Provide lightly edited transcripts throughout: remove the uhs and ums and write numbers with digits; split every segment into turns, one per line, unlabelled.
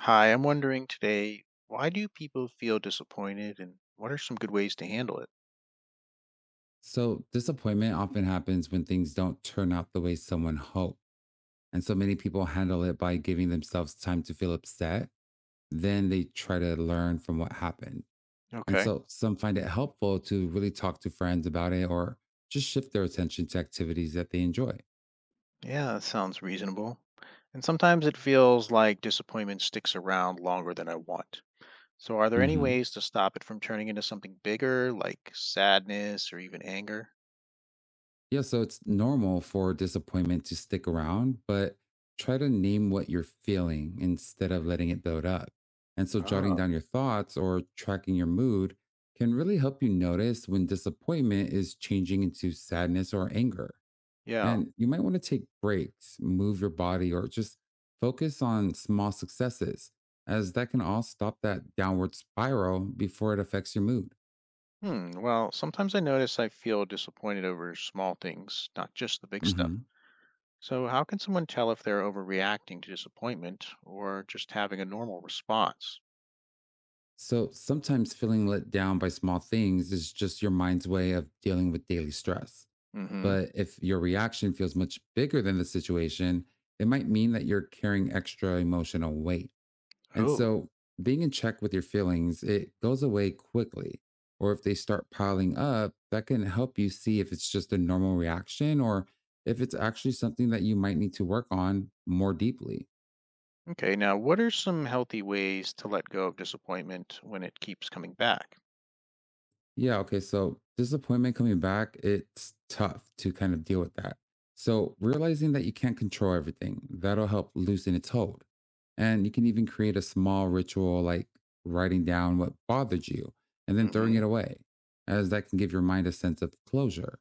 Hi, I'm wondering today, why do people feel disappointed and what are some good ways to handle it?
So, disappointment often happens when things don't turn out the way someone hoped. And so many people handle it by giving themselves time to feel upset. Then they try to learn from what happened. And
Okay.
so some find it helpful to really talk to friends about it or just shift their attention to activities that they enjoy.
Yeah, that sounds reasonable. And sometimes it feels like disappointment sticks around longer than I want. So, are there any
Mhm.
ways to stop it from turning into something bigger, like sadness or even anger?
Yeah, so it's normal for disappointment to stick around, but try to name what you're feeling instead of letting it build up. And so jotting
Oh,
down your thoughts or tracking your mood can really help you notice when disappointment is changing into sadness or anger.
yeah.
And you might want to take breaks, move your body, or just focus on small successes, as that can all stop that downward spiral before it affects your mood.
Hmm. Well, sometimes I notice I feel disappointed over small things, not just the big stuff.
Mhm.
So, how can someone tell if they're overreacting to disappointment or just having a normal response?
So sometimes feeling let down by small things is just your mind's way of dealing with daily stress.
Mm-hmm.
But if your reaction feels much bigger than the situation, it might mean that you're carrying extra emotional weight. And
Oh,
so being in check with your feelings, it goes away quickly. Or if they start piling up, that can help you see if it's just a normal reaction or if it's actually something that you might need to work on more deeply.
okay. Now, what are some healthy ways to let go of disappointment when it keeps coming back?
Yeah, okay. So disappointment coming back, it's tough to kind of deal with that. So realizing that you can't control everything, that'll help loosen its hold. And you can even create a small ritual like writing down what bothered you and then throwing
Mm-hmm.
it away, as that can give your mind a sense of closure.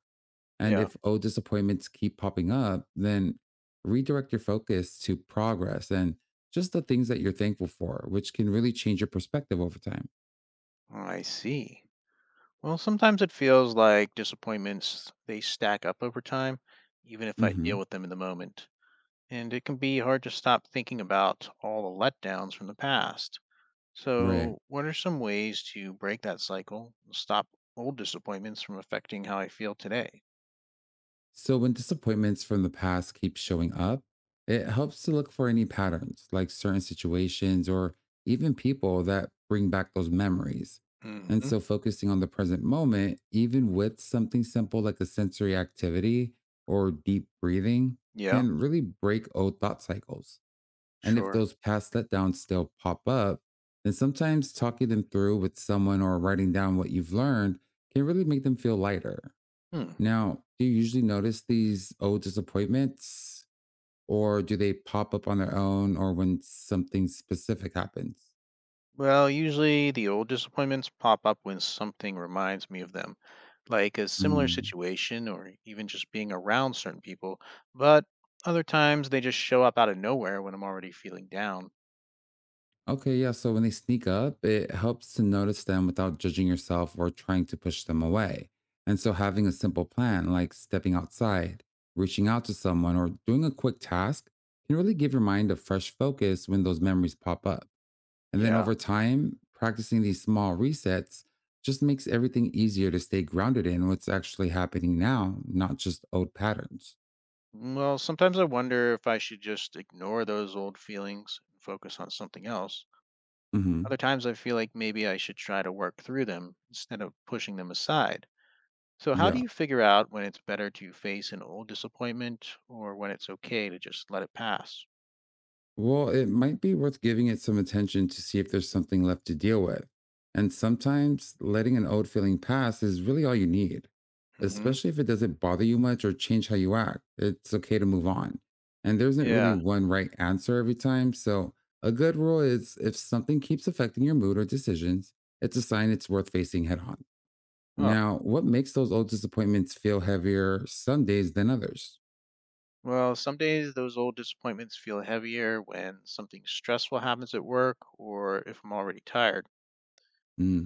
And
Yeah.
if old disappointments keep popping up, then redirect your focus to progress and just the things that you're thankful for, which can really change your perspective over time.
Oh, I see. Well, sometimes it feels like disappointments, they stack up over time, even if I deal
hmm
with them in the moment. And it can be hard to stop thinking about all the letdowns from the past.
Right.
So, what are some ways to break that cycle and stop old disappointments from affecting how I feel today?
So, when disappointments from the past keep showing up, it helps to look for any patterns, like certain situations or even people that bring back those memories. And
Mm-hmm.
so, focusing on the present moment, even with something simple like a sensory activity or deep breathing,
Yeah,
can really break old thought cycles. And if
sure.
those past letdowns still pop up, then sometimes talking them through with someone or writing down what you've learned can really make them feel lighter.
Hmm.
Now, do you usually notice these old disappointments or do they pop up on their own or when something specific happens?
Well, usually the old disappointments pop up when something reminds me of them, like a similar
Mm.
situation or even just being around certain people. But other times they just show up out of nowhere when I'm already feeling down.
Okay, yeah. So when they sneak up, it helps to notice them without judging yourself or trying to push them away. And so having a simple plan like stepping outside, reaching out to someone, or doing a quick task can really give your mind a fresh focus when those memories pop up. And then
Yeah.
over time, practicing these small resets just makes everything easier to stay grounded in what's actually happening now, not just old patterns.
Well, sometimes I wonder if I should just ignore those old feelings and focus on something else.
hmm
Other times I feel like maybe I should try to work through them instead of pushing them aside. So, how do
Yeah.
you figure out when it's better to face an old disappointment or when it's okay to just let it pass?
Well, it might be worth giving it some attention to see if there's something left to deal with. And sometimes letting an old feeling pass is really all you need,
Hmm.
especially if it doesn't bother you much or change how you act. It's okay to move on. And there isn't really
Yeah.
one right answer every time. So, a good rule is if something keeps affecting your mood or decisions, it's a sign it's worth facing head on.
Oh,
Now, what makes those old disappointments feel heavier some days than others?
well, some days those old disappointments feel heavier when something stressful happens at work or if I'm already tired.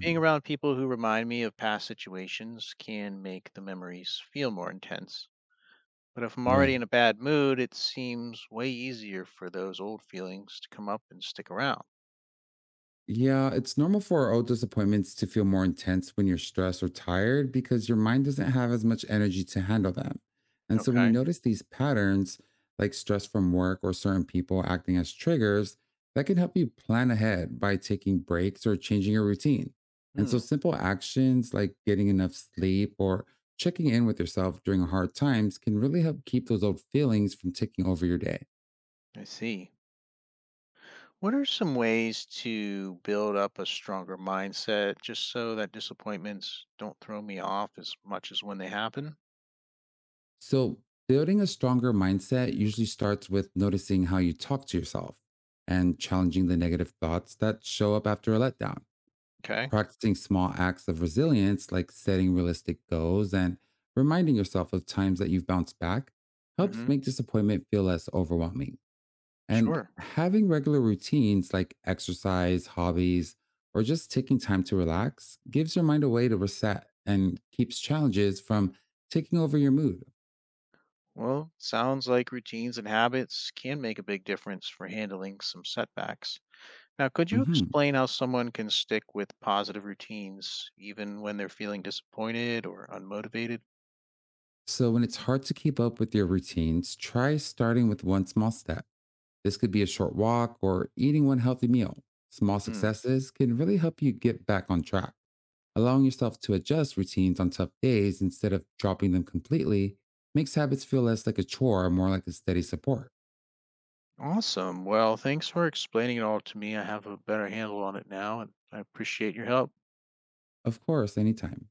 Being around people who remind me of past situations can make the memories feel more intense. But if I'm already
right.
in a bad mood, it seems way easier for those old feelings to come up and stick around.
Yeah, it's normal for our old disappointments to feel more intense when you're stressed or tired because your mind doesn't have as much energy to handle them. And so when you
Okay.
notice these patterns, like stress from work or certain people acting as triggers, that can help you plan ahead by taking breaks or changing your routine. And so
Hmm.
simple actions like getting enough sleep or checking in with yourself during hard times can really help keep those old feelings from taking over your day.
I see. What are some ways to build up a stronger mindset just so that disappointments don't throw me off as much as when they happen?
So, building a stronger mindset usually starts with noticing how you talk to yourself and challenging the negative thoughts that show up after a letdown.
Okay.
Practicing small acts of resilience, like setting realistic goals and reminding yourself of times that you've bounced back, helps
Hmm.
make disappointment feel less overwhelming. And
Sure.
having regular routines like exercise, hobbies, or just taking time to relax gives your mind a way to reset and keeps challenges from taking over your mood.
Well, sounds like routines and habits can make a big difference for handling some setbacks. Now, could you
Mhm.
explain how someone can stick with positive routines even when they're feeling disappointed or unmotivated?
So, when it's hard to keep up with your routines, try starting with one small step. This could be a short walk or eating one healthy meal. Small
Mm,
successes can really help you get back on track. Allowing yourself to adjust routines on tough days instead of dropping them completely makes habits feel less like a chore and more like a steady support.
awesome. Well, thanks for explaining it all to me. I have a better handle on it now, and I appreciate your help.
Of course, anytime.